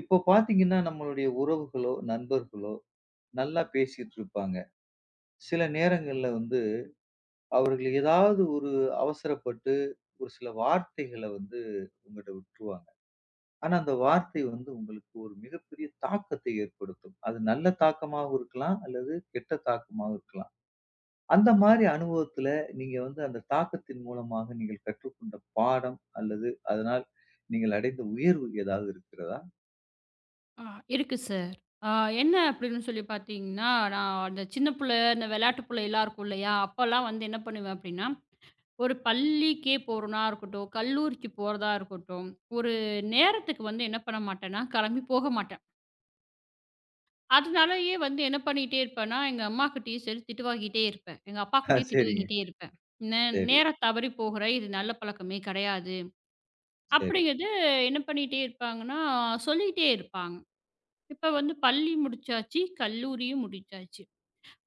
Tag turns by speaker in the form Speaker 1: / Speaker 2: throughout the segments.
Speaker 1: இப்போ பார்த்தீங்கன்னா, நம்மளுடைய உறவுகளோ, நண்பர்களோ நல்லா பேசிட்டு இருப்பாங்க. சில நேரங்கள்ல வந்து அவர்கள் ஏதாவது ஒரு அவசரப்பட்டு ஒரு சில வார்த்தைகள வந்து உங்கட்ட விட்டுருவாங்க. ஆனா, அந்த வார்த்தை வந்து உங்களுக்கு ஒரு மிகப்பெரிய தாக்கத்தை ஏற்படுத்தும். அது நல்ல தாக்கமாவும் இருக்கலாம், அல்லது கெட்ட தாக்கமாவும் இருக்கலாம். அந்த மாரி அனுபவத்துல நீங்க வந்து அந்த தாக்கத்தின் மூலமாக நீங்கள் கற்றுக்கொண்ட பாடம் அல்லது அதனால் நீங்கள் அடைந்த உயர்வு ஏதாவது இருக்கிறதா?
Speaker 2: ஆ இருக்கு சார். ஆ என்ன அப்படின்னு சொல்லி பார்த்தீங்கன்னா, நான் அந்த சின்ன பிள்ளை, இந்த விளையாட்டு பிள்ளைலாம் இருக்கும் இல்லையா? அப்பலாம் வந்து என்ன பண்ணுவேன் அப்படின்னா, ஒரு பள்ளிக்கே போறனா இருக்கட்டும், கல்லூரிக்கு போறதா இருக்கட்டும், ஒரு நேரத்துக்கு வந்து என்ன பண்ண மாட்டேன்னா, கிளம்பி போக மாட்டேன். அதனாலயே வந்து என்ன பண்ணிட்டே இருப்பேன்னா, எங்க அம்மாகிட்டயும் சரி திட்டு வாங்கிட்டே இருப்பேன். எங்க
Speaker 1: ஆ,
Speaker 2: அப்பாகிட்டயும் திட்டு
Speaker 1: சரிங்க.
Speaker 2: வாங்கிட்டே இருப்பேன். "நே
Speaker 1: சரி,
Speaker 2: நேரம் தவறி போகுற, இது நல்ல பழக்கமே கிடையாது."
Speaker 1: சரி,
Speaker 2: அப்படிங்கிறது என்ன பண்ணிட்டே இருப்பாங்கன்னா, சொல்லிட்டே இருப்பாங்க. இப்ப வந்து பள்ளி முடிச்சாச்சு, கல்லூரியும் முடிச்சாச்சு.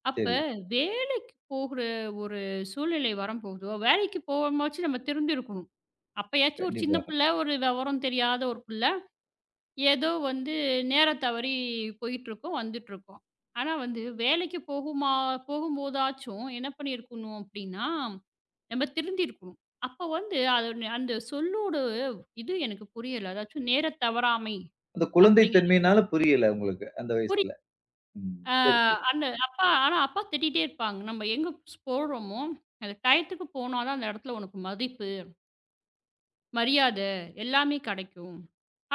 Speaker 2: அப்ப
Speaker 1: சரி.
Speaker 2: வேலைக்கு போகுற ஒரு சூழ்நிலை வரும்போதோ, வேலைக்கு போகும்போதாச்சும் நம்ம திருந்திருக்கணும். அப்பயாச்சும் ஒரு சின்ன
Speaker 1: கண்டிப்பாக.
Speaker 2: பிள்ளை, ஒரு விவரம் தெரியாத ஒரு பிள்ள, ஏதோ வந்து நேரம் தவறி போயிட்டுருக்கும், வந்துட்டுருக்கும். ஆனா வந்து வேலைக்கு போகுமா போகும்போதாச்சும் என்ன பண்ணியிருக்கணும் அப்படின்னா, நம்ம திருந்திருக்கணும். அப்ப வந்து அது அந்த சொல்லோட இது எனக்கு புரியல. அதாச்சும் நேர தவறாமை
Speaker 1: அந்த குழந்தை
Speaker 2: அப்படிங்கிறது
Speaker 1: தன்மையினால புரியல உங்களுக்கு அந்த
Speaker 2: புரி
Speaker 1: வயசுல. ம்.
Speaker 2: ஆ
Speaker 1: சரி, சரி.
Speaker 2: அந்த அப்பா ஆனா அப்பா திட்டிட்டே இருப்பாங்க. நம்ம எங்க போறோமோ, அந்த டயத்துக்கு போனா தான் அந்த இடத்துல உனக்கு மதிப்பு, மரியாதை எல்லாமே கிடைக்கும்.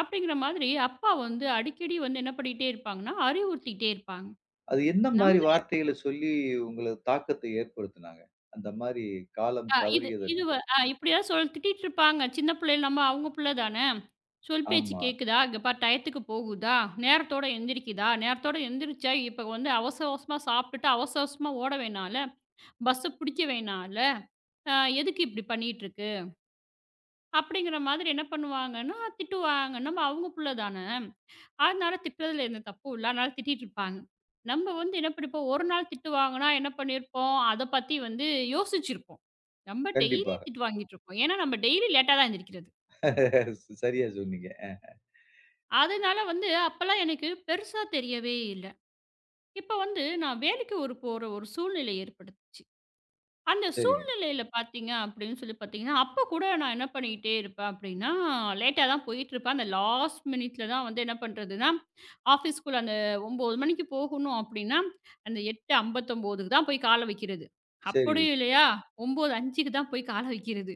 Speaker 2: அப்படிங்கிற மாதிரி அப்பா வந்து அடிக்கடி வந்து என்ன பண்ணிட்டே இருப்பாங்கன்னா, அறிவுறுத்திட்டே இருப்பாங்க.
Speaker 1: அது என்ன
Speaker 2: நம்ம
Speaker 1: மாரி வார்த்தைகள சொல்லி உங்கள தாக்கத்தை ஏற்படுத்துனாங்க? அந்த மாரி காலம்
Speaker 2: அ இது
Speaker 1: தவறியதற்கு.
Speaker 2: இது வ அ இப்படிதான் சொல் திட்டிட்டு இருப்பாங்க. சின்ன பிள்ளைல நம்ம அவங்க பிள்ளை தானே. சொல் பேச்சு
Speaker 1: ஆமா.
Speaker 2: கேட்குதா? இங்க பார் டயத்துக்கு போகுதா? நேரத்தோட எந்திரிக்குதா? நேரத்தோட எந்திரிச்சா, இப்ப வந்து அவசர அவசரமா சாப்பிட்டுட்டு அவசர அவசரமா ஓட வேணாம்ல. பஸ்ஸ புடிக்க வேணாம்ல. ஆ எதுக்கு இப்படி பண்ணிட்டுருக்கு? அப்படிங்கிற மாதிரி என்ன பண்ணுவாங்கன்னா, திட்டுவாங்க. நம்ம அவங்க புள்ள தான. அதனால திட்டுறதுல எந்த தப்பும் இல்ல. அதனால திட்டிட்டுருப்பாங்க. நம்ம வந்து என்ன பண்ணிப்போம், ஒரு நாள் திட்டுவாங்கன்னா என்ன பண்ணியிருப்போம், அத பத்தி வந்து யோசிச்சிருப்போம். நம்ம டெய்லி
Speaker 1: கண்டிப்பாக.
Speaker 2: திட்டு வாங்கிட்டுருப்போம். ஏன்னா நம்ம டெய்லி லேட்டா தான் எந்திரிக்கிறது.
Speaker 1: சரியா சொன்னீங்க. அ.
Speaker 2: அதனால வந்து அப்பலாம் எனக்கு பெருசா தெரியவே இல்ல. இப்ப வந்து நான் வேலைக்கு ஒரு போற ஒரு சூழ்நிலை ஏற்பட்டுச்சு. அந்த
Speaker 1: சரிங்க.
Speaker 2: சூழ்நிலையில பார்த்தீங்க அப்படின்னு சொல்லி பார்த்தீங்கன்னா, அப்ப கூட நான் என்ன பண்ணிக்கிட்டே இருப்பேன் அப்படின்னா, லேட்டா தான் போயிட்டுருப்பேன். அந்த லாஸ்ட் மினிட்ல தான் வந்து என்ன பண்றதுன்னா, ஆஃபீஸ்க்குள்ள அந்த 9 மணிக்கு போகணும் அப்படின்னா, அந்த 8:59க்கு தான் போய் கால வைக்கிறது.
Speaker 1: சரி.
Speaker 2: அப்படியும் இல்லையா, 9:05க்கு தான் போய் கால வைக்கிறது.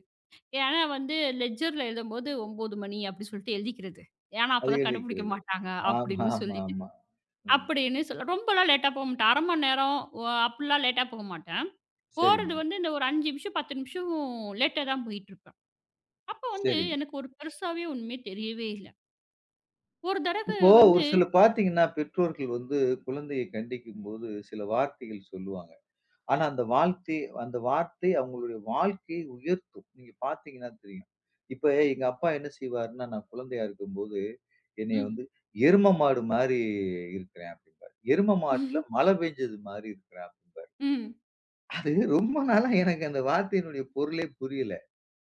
Speaker 2: ஏன்னா வந்து லெட்ஜர்ல எழுதும்போது 9 மணி அப்படி சொல்லிட்டு எழுதிக்கிறது. ஏன்னா
Speaker 1: அது
Speaker 2: அப்பதான் கண்டுபிடிக்க
Speaker 1: எழுதிக்கிறது.
Speaker 2: மாட்டாங்க
Speaker 1: ஆமா,
Speaker 2: அப்படின்னு
Speaker 1: ஆமா,
Speaker 2: சொல்லிட்டு
Speaker 1: ஆமா. ம்.
Speaker 2: அப்படின்னு சொல்ல ரொம்பலாம் லேட்டா போ மாட்டேன். அரை மணி நேரம் அப்படிலாம் லேட்டா போக மாட்டேன்.
Speaker 1: சரிங்க.
Speaker 2: போறது வந்து இந்த ஒரு 5 நிமிஷம், 10 நிமிஷம் லேட்டா தான் போயிட்டுருப்பேன். அப்போ வந்து
Speaker 1: சரி.
Speaker 2: எனக்கு ஒரு பெருசாவே ஒண்ணுமே தெரியவே இல்ல. ஒரு தடவ
Speaker 1: இப்போ ஒரு
Speaker 2: வந்து
Speaker 1: சில பார்த்தீங்கன்னா, பெற்றோர்கள் வந்து குழந்தையை கண்டிக்கும்போது சில வார்த்தைகள் சொல்லுவாங்க. ஆனா அந்த வார்த்தை அவங்களுடைய வாழ்க்கையை உயர்த்தும். நீங்க பார்த்தீங்கன்னா தெரியும். இப்ப எங்க அப்பா என்ன செய்வாருன்னா, நான் குழந்தையா இருக்கும்போது, என்னைய
Speaker 2: ம்,
Speaker 1: வந்து எரும மாடு மாரி இருக்கிறேன் அப்படிம்பாரு. எரும மாட்டுல மழை பெஞ்சது மாரி இருக்கிறேன் அப்படிம்பாரு.
Speaker 2: ம்,
Speaker 1: அது ரொம்ப நாளா எனக்கு அந்த வார்த்தையினுடைய பொருளே புரியல.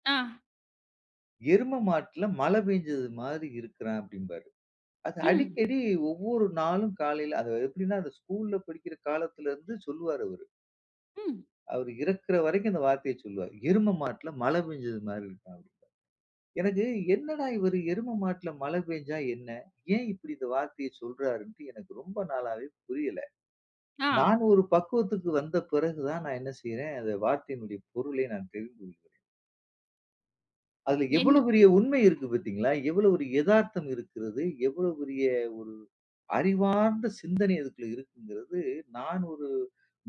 Speaker 2: ஆ,
Speaker 1: எரும மாட்டுல மழை பெஞ்சது மாரி இருக்கிறேன் அப்படிம்பாரு. அது
Speaker 2: ம்,
Speaker 1: அடிக்கடி ஒவ்வொரு நாளும் காலையில அது எப்படின்னா, அந்த ஸ்கூல்ல படிக்கிற காலத்துல இருந்து சொல்லுவாரு அவரு.
Speaker 2: ம்,
Speaker 1: அவரு இறக்குற வரைக்கும் அந்த வார்த்தைய சொல்லுவாரு. "எரும மாட்டுல மழை பெஞ்சது மாரி இருக்கும்" அப்படின்னு. எனக்கு என்னடா இவரு எரும மாட்டுல மழை பெஞ்சா என்ன? ஏன் இப்படி இந்த வார்த்தைய சொல்றாருன்ட்டு எனக்கு ரொம்ப நாளாவே புரியல.
Speaker 2: ஆ,
Speaker 1: நான் ஒரு பக்குவத்துக்கு வந்த பிறகு தான் நான் என்ன செய்றேன், அந்த வார்த்தையினுடைய பொருளை நான் தெரிந்து கொள்கிறேன். அதுல
Speaker 2: எண்ணி
Speaker 1: எவ்வளவு பெரிய உண்மை இருக்கு பார்த்தீங்களா? எவ்வளவு ஒரு எதார்த்தம் இருக்கிறது. எவ்வளவு பெரிய ஒரு அறிவார்ந்த சிந்தனை அதுக்குள்ள இருக்குங்கிறது, நான் ஒரு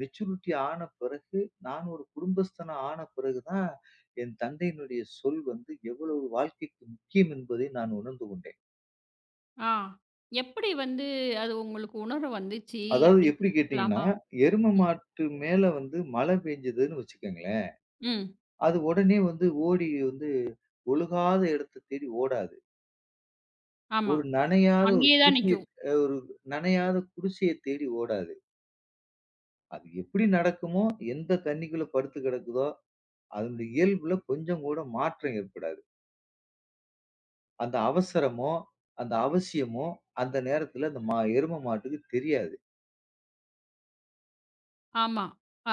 Speaker 1: மெச்சூரிட்டி ஆன பிறகு, நான் ஒரு குடும்பஸ்தனா ஆன பிறகு தான் என் தந்தையினுடைய சொல் வந்து எவ்வளவு வாழ்க்கைக்கு முக்கியம் என்பதை நான் உணர்ந்து கொண்டேன்.
Speaker 2: ஆ எப்படி வந்து அது உங்களுக்கு உணர்வு வந்துச்சு
Speaker 1: அதாவது
Speaker 2: அப்படின்னு
Speaker 1: எப்படி கேட்டீங்கன்னா,
Speaker 2: தெரிஞ்சுக்கலாமா?
Speaker 1: எரும
Speaker 2: ம்,
Speaker 1: மாட்டு மேல வந்து மழை பெஞ்சதுன்னு வச்சுக்கங்களேன்,
Speaker 2: ம்.
Speaker 1: அது உடனே வந்து ஓடி வந்து ஒழுகாத இடத்த தேடி ஓடாது.
Speaker 2: ஆமா.
Speaker 1: ஒரு நனையாத ஒரு
Speaker 2: அங்கேயே தான்
Speaker 1: குடிசைய
Speaker 2: நிக்கும்.
Speaker 1: ஒரு நனையாத குடிசைய தேடி ஓடாது. அது எப்படி நடக்குமோ, எந்த தண்ணிக்குள்ள படுத்து கிடக்குதோ, அதனுடைய இயல்புல கொஞ்சம் கூட மாற்றம் ஏற்படாது. அந்த அவசரமோ, அந்த அவசியமோ, அந்த நேரத்துல அந்த மா எரும மாட்டுக்கு தெரியாது.
Speaker 2: ஆமா,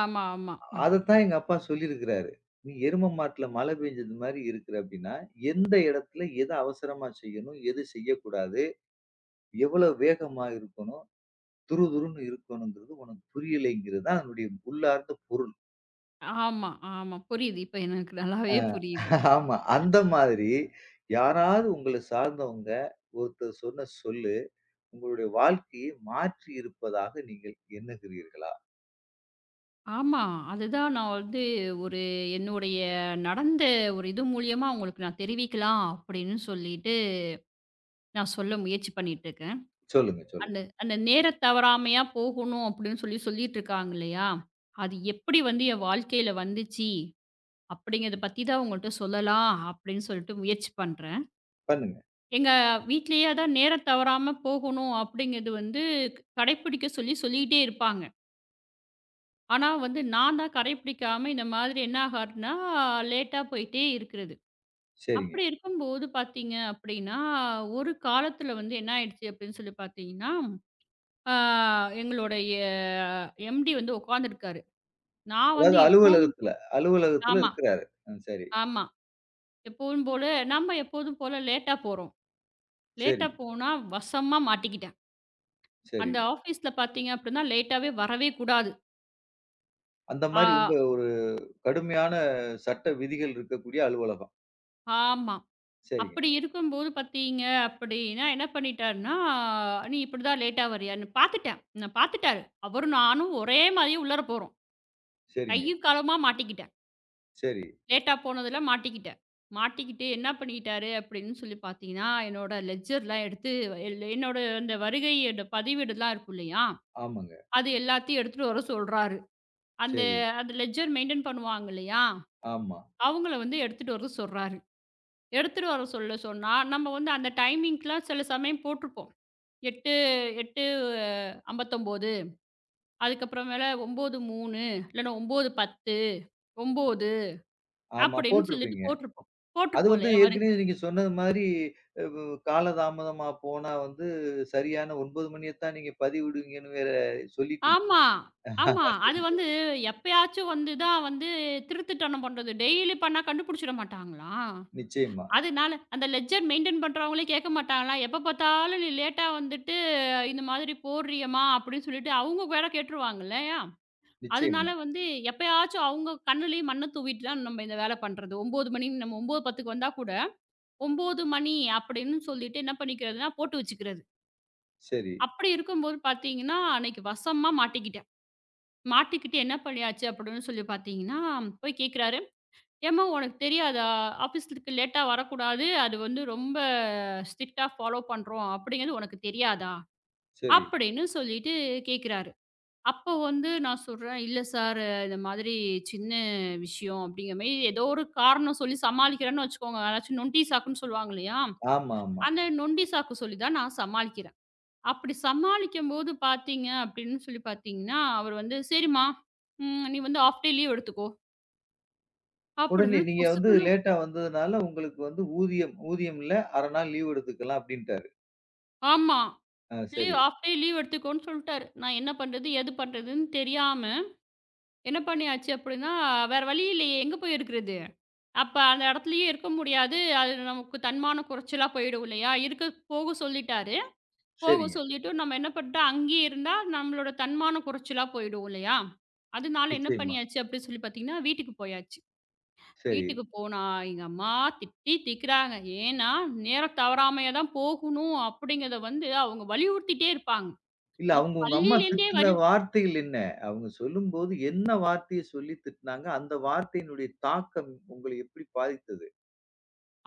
Speaker 2: ஆமா, ஆமா. ம்.
Speaker 1: அதத்தான் எங்க அப்பா சொல்லியிருக்கிறாரு. "நீ எரும மாட்டுல மழை பெஞ்சது மாரி இருக்கிற அப்படின்னா, எந்த இடத்துல எத அவசரமா செய்யணும், எது செய்யக்கூடாது, எவ்வளவு வேகமா இருக்கணும், துருதுருன்னு இருக்கணுங்கிறது உனக்கு புரியலைங்கிறது தான்" அதனுடைய உள்ளார்ந்த பொருள்.
Speaker 2: ஆமா, ஆமா. புரியுது. இப்ப எனக்கு நல்லாவே புரியுது.
Speaker 1: ஆமா. அந்த மாதிரி யாராவது உங்கள சார்ந்தவங்க ஒருத்தர் சொன்ன சொல்லு, உங்களுடைய வாழ்க்கையை மாற்றி இருப்பதாக நீங்கள் எண்ணுகிறீர்களா?
Speaker 2: ஆமா. அதுதான் நான் வந்து ஒரு என்னுடைய நடந்த ஒரு இது மூலியமா உங்களுக்கு நான் தெரிவிக்கலாம் அப்படின்னு சொல்லிட்டு, நான் சொல்ல முயற்சி பண்ணிட்டு இருக்கேன்.
Speaker 1: சொல்லுங்க, சொல்லுங்க.
Speaker 2: அந்த அந்த நேரத் தவறாமையா போகணும் அப்படின்னு சொல்லி சொல்லிட்டு இருக்காங்க இல்லையா? அது எப்படி வந்து என் வாழ்க்கையில வந்துச்சு அப்படிங்கிறத பத்தி தான் உங்கள்ட்ட சொல்லலாம் அப்படின்னு சொல்லிட்டு முயற்சி பண்றேன்.
Speaker 1: பண்ணுங்க.
Speaker 2: எங்க வீட்லயே அதான் நேரம் தவறாம போகணும் அப்படிங்கிறது வந்து கடைப்பிடிக்க சொல்லி சொல்லிட்டே இருப்பாங்க. ஆனா வந்து நான் தான் கடைபிடிக்காம இந்த மாதிரி என்ன ஆகாதுன்னா, லேட்டா போயிட்டே இருக்கிறது.
Speaker 1: சரிங்க.
Speaker 2: அப்படி இருக்கும்போது பார்த்தீங்க அப்படின்னா, ஒரு காலத்தில வந்து என்ன ஆயிடுச்சு அப்படின்னு சொல்லி பார்த்தீங்கன்னா, ஆ எங்களுடைய எம்டி வந்து உட்காந்துருக்காரு. நான்
Speaker 1: அதாவது
Speaker 2: வந்து எப்பவும்
Speaker 1: அலுவலகத்துல அலுவலகத்துல
Speaker 2: ஆமா,
Speaker 1: இருக்கிறாரு. ம். சரி,
Speaker 2: ஆமா. எப்பவும் போல நம்ம எப்போதும் போல லேட்டா போறோம்.
Speaker 1: சரி,
Speaker 2: லேட்டா போனா வசமா மாட்டிக்கிட்டேன்.
Speaker 1: சரி.
Speaker 2: அந்த ஆஃபீஸ்ல பார்த்தீங்க அப்படின்னா, லேட்டாவே வரவே கூடாது.
Speaker 1: அந்த
Speaker 2: ஆ
Speaker 1: மாரி ரொம்ப ஒரு கடுமையான சட்ட விதிகள் இருக்கக்கூடிய அலுவலகம்.
Speaker 2: ஆமா.
Speaker 1: சரிங்க,
Speaker 2: அப்படி இருக்கும்போது பார்த்தீங்க அப்படின்னா, என்ன பண்ணிட்டாருன்னா, "நீ இப்படிதான் லேட்டா வரியான்னு" பார்த்துட்டேன். நான் பார்த்துட்டாரு. அவரும் நானும் ஒரே மாதிரியே உள்ளார போறோம்.
Speaker 1: சரிங்க.
Speaker 2: கையும் காலுமா மாட்டிக்கிட்டேன்.
Speaker 1: சரி.
Speaker 2: லேட்டா போனதுல மாட்டிக்கிட்டேன். மாட்டிக்கிட்டு என்ன பண்ணிக்கிட்டாரு அப்படின்னு சொல்லி பார்த்தீங்கன்னா, என்னோட லெட்ஜர்லாம் எடுத்து என்னோட அந்த வருகையோட பதிவேடுலாம் இருக்கும் இல்லையா?
Speaker 1: ஆமாங்க.
Speaker 2: அது எல்லாத்தையும் எடுத்துட்டு வர சொல்றாரு. அந்த
Speaker 1: சரி.
Speaker 2: அந்த லெட்ஜர் மெயின்டெயின் பண்ணுவாங்க இல்லையா?
Speaker 1: ஆமா,
Speaker 2: அவங்கள வந்து எடுத்துட்டு வர சொல்றாரு. எடுத்துட்டு வர சொல்ல சொன்னா, நம்ம வந்து அந்த டைமிங்க்குலாம் சில சமயம் போட்டுருப்போம். 8 8 59 அதுக்கப்புறமேல 9:03 இல்லன்னா 9:10 9
Speaker 1: ஆமா.
Speaker 2: அப்படின்னு சொல்லிட்டு
Speaker 1: போட்டிருப்பீங்க.
Speaker 2: போட்டிருப்போம்.
Speaker 1: அது
Speaker 2: போட்டிருப்போம்
Speaker 1: வந்து
Speaker 2: இல்லையா?
Speaker 1: ஏற்கனவே நீங்க சொன்னது மாதிரி அ காலதாமதமா போனா வந்து சரியான 9 மணியத்தான் நீங்க பதிவிடுவீங்கன்னு வேற சொல்லிட்டீங்க.
Speaker 2: ஆமா, ஆமா.
Speaker 1: ஆ
Speaker 2: அது
Speaker 1: சரி.
Speaker 2: வந்து எப்பயாச்சும் வந்து தான் வந்து திருட்டுத்தனம் பண்றது. டெய்லி பண்ணா கண்டுபிடிச்சிட மாட்டாங்களா?
Speaker 1: நிச்சயமா,
Speaker 2: அதனால அந்த லெட்ஜர் மெயின்டெயின் பண்றவங்களே கேட்க மாட்டாங்களா? எப்ப பார்த்தாலும் நீ லேட்டா வந்துட்டு, இந்த மாதிரி போடுறியேம்மா அப்படின்னு சொல்லிட்டு அவங்க வேற கேட்டுருவாங்க இல்லையா? அதனால
Speaker 1: நிச்சயமா.
Speaker 2: வந்து எப்பயாச்சும் அவங்க கண்ணுலயே மண்ண தூவிட்டு தான் நம்ம இந்த வேலை பண்றது. 9 மணி நம்ம 9:10க்கு வந்தா கூட 9 மணி அப்படின்னு சொல்லிட்டு என்ன பண்ணிக்கிறதுன்னா, போட்டு வச்சுக்கிறது.
Speaker 1: சரி,
Speaker 2: அப்படி இருக்கும்போது பார்த்தீங்கன்னா, அன்னைக்கு வசமா மாட்டிக்கிட்டேன். மாட்டிக்கிட்டு என்ன பண்ணியாச்சு அப்படின்னு சொல்லி பார்த்தீங்கன்னா, போய் கேட்குறாரு, "ஏம்மா உனக்கு தெரியாதா? ஆஃபீஸ்க்கு லேட்டா வரக்கூடாது. அது வந்து ரொம்ப ஸ்ட்ரிக்ட்டா ஃபாலோ பண்றோம் அப்படிங்கிறது உனக்கு தெரியாதா?"
Speaker 1: சரி.
Speaker 2: அப்படின்னு சொல்லிட்டு கேட்குறாரு. அப்போ வந்து நான் சொல்றேன், "இல்ல சார் இந்த மாதிரி சின்ன விஷயம்." அப்படிங்கிற மாரி ஏதோ ஒரு காரணம் சொல்லி சமாளிக்கிறேன்னு வச்சுக்கோங்க. அதாச்சும் நொண்டி சாக்குன்னு சொல்லுவாங்க இல்லையா?
Speaker 1: ஆமா, ஆமா.
Speaker 2: அந்த நொண்டி சாக்கு சொல்லி தான் நான் சமாளிக்கிறேன். அப்படி சமாளிக்கும்போது பார்த்தீங்க அப்படின்னு சொல்லி பார்த்தீங்கன்னா, அவர் வந்து, "சரிம்மா, ம் நீ வந்து ஹாஃப் டே லீவ் எடுத்துக்கோ."
Speaker 1: உடனே
Speaker 2: அப்படின்னு
Speaker 1: நீங்க வந்து
Speaker 2: பொசுக்குன்னு
Speaker 1: லேட்டா வந்ததுனால உங்களுக்கு வந்து ஊதியம் ஊதியம் இல்ல. அரை நாள் லீவ் எடுத்துக்கலாம் அப்டின்ட்டாரு.
Speaker 2: ஆமா.
Speaker 1: ஆ
Speaker 2: லீவ்
Speaker 1: சரி.
Speaker 2: ஹாஃப் டே லீவ் எடுத்துக்கோன்னு சொல்ட்டாரு. நான் என்ன பண்றது? ஏது பண்றதுன்னு தெரியாம என்ன பண்ணியாச்சு அப்படின்னா, வேற வழி இல்லையே! எங்க போய் இருக்கிறது? அப்ப அந்த இடத்துலயே இருக்க முடியாது. அது நமக்கு தன்மான குறைச்சலா போயிடும் இல்லையா? இருக்க போக சொல்லிட்டாரு. போக
Speaker 1: சரிங்க.
Speaker 2: சொல்லிட்டு நம்ம என்ன பண்ணிட்டோம், அங்கேயே இருந்தா நம்மளோட தன்மான குறைச்சலா போயிடும் இல்லையா? அதனால என்ன
Speaker 1: நிச்சயமா.
Speaker 2: பண்ணியாச்சு அப்படின்னு சொல்லி பார்த்தீங்கன்னா, வீட்டுக்கு போயாச்சு.
Speaker 1: சரி.
Speaker 2: வீட்டுக்கு போனா எங்க அம்மா திட்டி திக்குறாங்க. ஏன்னா, நேரம் தவறாமையா தான் போகணும் அப்படிங்கிறத வந்து அவங்க வலியுறுத்திட்டே இருப்பாங்க.
Speaker 1: இல்ல
Speaker 2: அது
Speaker 1: அவங்க உங்க அம்மா
Speaker 2: பள்ளியிலேருந்தே
Speaker 1: திட்டுன வார்த்தைகள் என்ன? அவங்க சொல்லும்போது என்ன வார்த்தைய சொல்லி திட்டுனாங்க? அந்த வார்த்தையினுடைய தாக்கம் உங்கள எப்படி பாதித்தது?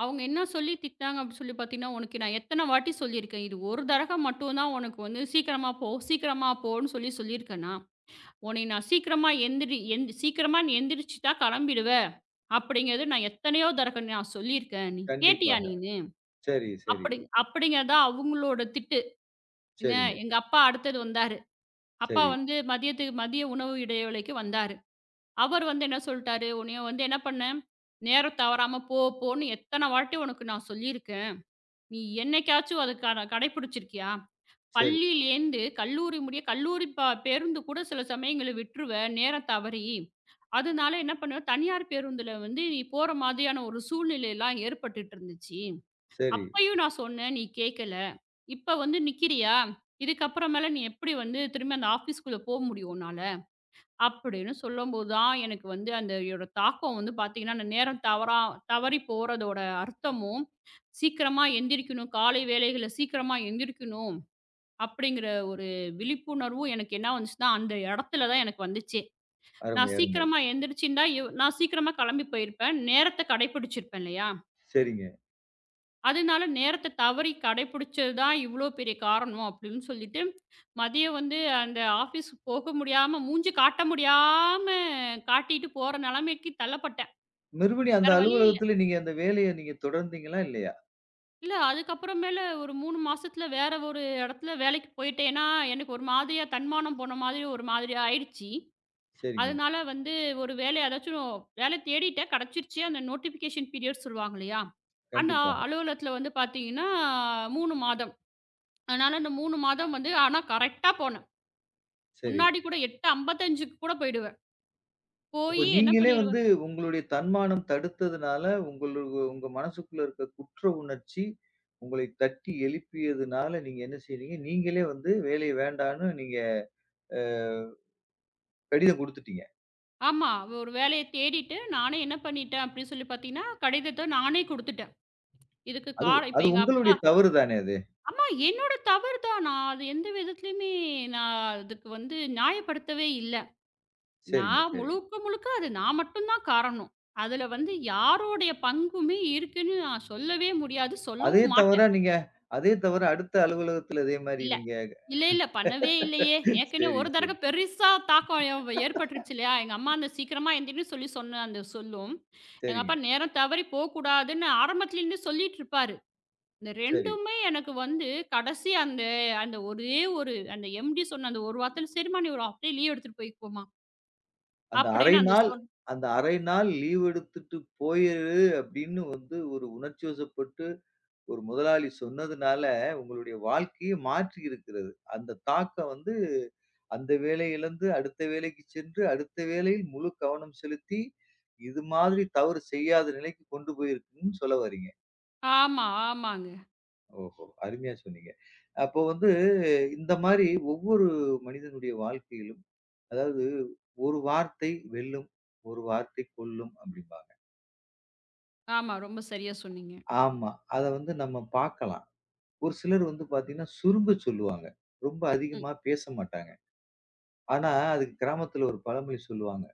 Speaker 2: அவங்க என்ன சொல்லி திட்டினாங்க அப்படின்னு சொல்லி பார்த்தீங்கன்னா, "உனக்கு நான் எத்தன வாட்டி சொல்லியிருக்கேன். இது ஒரு தடவ மட்டும் தான் உனக்கு வந்து சீக்கிரமா போ, சீக்கிரமா போன்னு சொல்லி சொல்லியிருக்கேனா, உன்னைய நான் சீக்கிரமா எந்திரி எந் சீக்கிரமா நீ எந்திரிச்சுட்டா கிளம்பிடுவ." அப்படிங்கிறது நான் எத்தனையோ தடவ நான் சொல்லியிருக்கேன். நீ கேட்டியா
Speaker 1: கண்டிப்பாக.
Speaker 2: நீனு?
Speaker 1: சரி, சரி.
Speaker 2: அப்படி அப்படிங்கிறது தான் அவங்களோட திட்டு. என்ன
Speaker 1: சரிங்க.
Speaker 2: எங்க அப்பா அடுத்தது வந்தாரு. அப்பா
Speaker 1: சரி,
Speaker 2: வந்து மதியத்துக்கு மதிய உணவு இடைவேளைக்கு வந்தாரு. அவர் வந்து என்ன சொல்ட்டாரு, "உன்னைய வந்து என்ன பண்ணேன், நேரம் தவறாம போ போன்னு எத்தன வாட்டி உனக்கு நான் சொல்லியிருக்கேன்." நீ என்னைக்காச்சும் அத கடைப்பிடிச்சிருக்கியா?
Speaker 1: சரி,
Speaker 2: பள்ளியிலேருந்து கல்லூரி முடிய கல்லூரி ப பேருந்து கூட சில சமயங்கள்ல விட்டுருவேன், நேரம் தவறி. அதனால என்ன பண்ணுவேன், தனியார் பேருந்துல வந்து நீ போற மாதிரியான ஒரு சூழ்நிலைலாம் ஏற்பட்டுட்டு இருந்துச்சு.
Speaker 1: சரி.
Speaker 2: அப்பயும் நான் சொன்னேன், நீ கேட்கல. இப்ப வந்து நிக்கிறியா? இதுக்கப்புறமேல நீ எப்படி வந்து திரும்ப அந்த ஆஃபீஸ்க்குள்ள போ முடியும் உன்னால? அப்படின்னு சொல்லும்போது தான் எனக்கு வந்து அந்த இதோட தாக்கம் வந்து பார்த்தீங்கன்னா, அந்த நேரம் தவறி போறதோட அர்த்தமும், சீக்கிரமா எந்திரிக்கணும், காலை வேலைகள்ல சீக்கிரமா எந்திரிக்கணும் அப்படிங்கிற ஒரு விழிப்புணர்வும் எனக்கு என்ன வந்துச்சுன்னா, அந்த இடத்துல தான் எனக்கு வந்துச்சே.
Speaker 1: அருமை,
Speaker 2: நான்
Speaker 1: அருமை.
Speaker 2: சீக்கிரமா எந்திரிச்சிருந்தா, நான் சீக்கிரமா கிளம்பி போயிருப்பேன். நேரத்த கடைப்பிடிச்சிருப்பேன் இல்லையா?
Speaker 1: சரிங்க.
Speaker 2: அதனால நேரத்த தவறி கடைபிடிச்சது தான் இவ்வளோ பெரிய காரணம் அப்படின்னு சொல்லிட்டு, மதியம் வந்து அந்த ஆஃபீஸுக்கு போக முடியாம, மூஞ்சி காட்ட முடியாம காட்டிட்டு போற நெலைமைக்கு தள்ளப்பட்டேன்.
Speaker 1: மறுபடியும் அந்த
Speaker 2: வேற வழி இல்ல.
Speaker 1: அலுவலகத்துல நீங்க அந்த வேலைய நீங்க தொடர்ந்தீங்களா? இல்லையா?
Speaker 2: இல்ல அதுக்கப்புறமேல ஒரு 3 மாசத்துல வேற ஒரு இடத்துல வேலைக்கு போயிட்டேன்னா, எனக்கு ஒரு மாதிரியா தன்மானம் போன மாதிரி ஒரு மாதிரியா ஆயிடுச்சு.
Speaker 1: சரிங்க.
Speaker 2: அதனால வந்து ஒரு வேலை ஏதாச்சும் வேலை தேடிட்டேன், கெடைச்சிருச்சு. அந்த நோட்டிஃபிகேஷன் பீரியட் சொல்லுவாங்க இல்லையா? அந்த
Speaker 1: கண்டிப்பாக.
Speaker 2: அலுவலகத்துல வந்து பார்த்தீங்கன்னா, 3 மாதம். அதனால அந்த 3 மாதம் வந்து ஆனா கரெக்ட்டா போனேன்.
Speaker 1: சரி.
Speaker 2: முன்னாடி கூட 8:55க்கு கூட போயிடுவேன்.
Speaker 1: அப்ப
Speaker 2: போயி என்ன
Speaker 1: நீங்களே வந்து
Speaker 2: பண்ணிருவேன்
Speaker 1: உங்களுடைய தன்மானம் தடுத்ததுனால, உங்கள உங்க மனசுக்குள்ள இருக்க குற்ற உணர்ச்சி உங்களை தட்டி எழுப்பியதுனால, நீங்க என்ன செய்றீங்க? நீங்களே வந்து வேலைய வேண்டான்னு நீங்க அ கடிதம் குடுத்துட்டீங்க.
Speaker 2: ஆமா. ஒரு வேலைய தேடிட்டு நானே என்ன பண்ணிட்டேன் அப்படின்னு சொல்லி பார்த்தீங்கன்னா, கடிதத்த நானே குடுத்துட்டேன். இதுக்கு
Speaker 1: அது
Speaker 2: காரணம் இப்ப
Speaker 1: அது
Speaker 2: எங்க அப்பா
Speaker 1: உங்களுடைய தவறு தானே அது?
Speaker 2: ஆமா என்னோட தவறு தான். நான் அது எந்த விதத்துலயுமே நான் அதுக்கு வந்து நியாயப்படுத்தவே இல்ல.
Speaker 1: சரிங்க,
Speaker 2: நான்
Speaker 1: சரிங்க.
Speaker 2: முழுக்க முழுக்க அது நான் மட்டும் தான் காரணம். அதுல வந்து யாருடைய பங்குமே இருக்குன்னு நான் சொல்லவே முடியாது.
Speaker 1: அதே
Speaker 2: சொல்லவும்
Speaker 1: தவிர
Speaker 2: மாட்டேன்.
Speaker 1: நீங்க அதே தவிர அடுத்த அலுவலகத்துல இதே மாரி
Speaker 2: இல்ல.
Speaker 1: நீங்க
Speaker 2: இல்ல, இல்ல. பண்ணவே இல்லையே. ஏற்கனவே
Speaker 1: சரி,
Speaker 2: ஒரு
Speaker 1: சரி.
Speaker 2: தடவ பெருசா தாக்கம் ஏற்பட்டுருச்சு இல்லையா? எங்க அம்மா அந்த சீக்கிரமா எந்திரின்னு சொல்லி சொன்ன அந்த சொல்லும், எங்க
Speaker 1: சரிங்க.
Speaker 2: அப்பா நேரம் தவறி போக்கூடாதுன்னு ஆரம்பத்துலேருந்து சொல்லிட்டு இருப்பாரு. இந்த
Speaker 1: சரி.
Speaker 2: 2மே எனக்கு வந்து கடைசி அந்த அந்த ஒரே ஒரு அந்த எம்டி சொன்ன அந்த ஒரு வார்த்தையில, "சரிம்மா நீ ஒரு ஹாஃப் டே லீவ் எடுத்துட்டு போய்க்கோமா"
Speaker 1: அந்த அரை
Speaker 2: அப்படின்னு அந்த
Speaker 1: நாள் அந்த அரை நாள் லீவ் எடுத்துட்டு போயிரு அப்படின்னு வந்து ஒரு உணர்ச்சிவசப்பட்டு ஒரு முதலாளி சொன்னதுனால, உங்களுடைய வாழ்க்கையே மாற்றி இருக்கிறது. அந்த தாக்கம் வந்து அந்த வேலையிலிருந்து அடுத்த வேலைக்கு சென்று, அடுத்த வேலையில் முழு கவனம் செலுத்தி, இது மாதிரி தவறு செய்யாத நிலைக்கு கொண்டு போயிருக்குன்னு சொல்ல வர்றீங்க.
Speaker 2: ஆமா, ஆமாங்க.
Speaker 1: ஓஹோ! அருமையா சொன்னீங்க. அப்போ வந்து இந்த மாரி ஒவ்வொரு மனிதனுடைய வாழ்க்கையிலும், அதாவது "ஒரு வார்த்தை வெல்லும், ஒரு வார்த்தை கொல்லும்" அப்படிம்பாங்க.
Speaker 2: ஆமா. ரொம்ப சரியா சொன்னீங்க.
Speaker 1: ஆமா. அத வந்து நம்ம பார்க்கலாம். ஒரு சிலர் வந்து பார்த்தீங்கன்னா, சுருங்க சொல்லுவாங்க. ரொம்ப
Speaker 2: ம்.
Speaker 1: அதிகமா பேச மாட்டாங்க. ஆனா, அதுக்கு கிராமத்துல ஒரு பழமொழி சொல்லுவாங்க.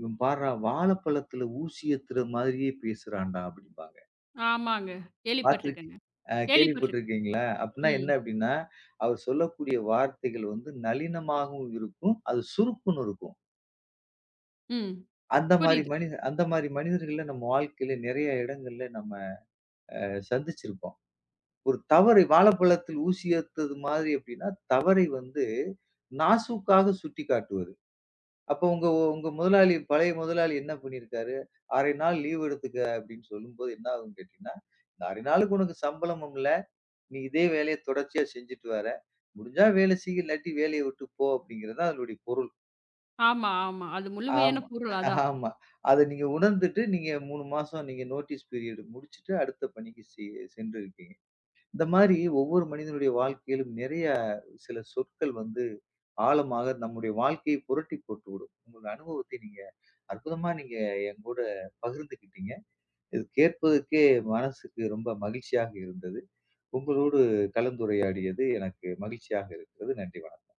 Speaker 1: "இவன் பார்றா வாழைப்பழத்துல ஊசி ஏத்துற மாதிரியே பேசுறான்டா" அப்படிம்பாங்க.
Speaker 2: ஆமாங்க.
Speaker 1: பார்த்துருக்
Speaker 2: கேள்விப்பட்டுருக்கேங்க.
Speaker 1: அ
Speaker 2: கேள்விப்பட்டுருக்கேன்.
Speaker 1: கேள்விப்பட்டிருக்கீங்களா? அப்டின்னா
Speaker 2: ம்.
Speaker 1: என்ன அப்டின்னா, அவர் சொல்லக்கூடிய வார்த்தைகள் வந்து நளினமாகவும் இருக்கும். அது சுருக்குன்னு இருக்கும்.
Speaker 2: ம். புரியுது.
Speaker 1: அந்த மாரி மனிதர்கள நம்ம வாழ்க்கையில நெறைய இடங்கள்ல நம்ம சந்திச்சிருப்போம். ஒரு தவறை வாழைப்பழத்தில் ஊசி அறுத்தது மாதிரி எப்டின்னா, தவறை வந்து நாசூக்காக சுட்டிக்காட்டுவது. அப்போ உங்க உங்க முதலாளி பழைய முதலாளி என்ன பண்ணியிருக்காரு? "அரை நாள் லீவ் எடுத்துக்க" அப்டின்னு சொல்லும்போது என்ன ஆகும்னு கேட்டீங்கன்னா, "இந்த அரை நாளுக்கு உனக்கு சம்பளமும் இல்ல. நீ இதே வேலைய தொடர்ச்சியா செஞ்சுட்டு வர. முடிஞ்சா வேலை செய், இல்லாட்டி வேலைய விட்டு போ அப்டிங்கிறது தான் அதனுடைய பொருள்.
Speaker 2: ஆமா, ஆமா. அது முழுமையான
Speaker 1: ஆமா,
Speaker 2: பொருள் அதான்.
Speaker 1: ஆமா. அத நீங்க உணர்ந்துட்டு, நீங்க 3 மாசம் நீங்க நோட்டீஸ் பீரியட் முடிச்சுட்டு, அடுத்த பணிக்கு சென்றிருக்கீங்க. இந்த மாரி ஒவ்வொரு மனிதனுடைய வாழ்க்கையிலும் நிறைய சில சொற்கள் வந்து ஆழமாக நம்முடைய வாழ்க்கையை புரட்டி போட்டுவிடும். உங்களோட அனுபவத்தை நீங்க அற்புதமா நீங்க என் கூட பகிர்ந்துக்கிட்டீங்க. இது கேட்பதற்கே மனசுக்கு ரொம்ப மகிழ்ச்சியாக இருந்தது. உங்களோடு கலந்துரையாடியது எனக்கு மகிழ்ச்சியாக இருக்கிறது. நன்றி. வணக்கம்.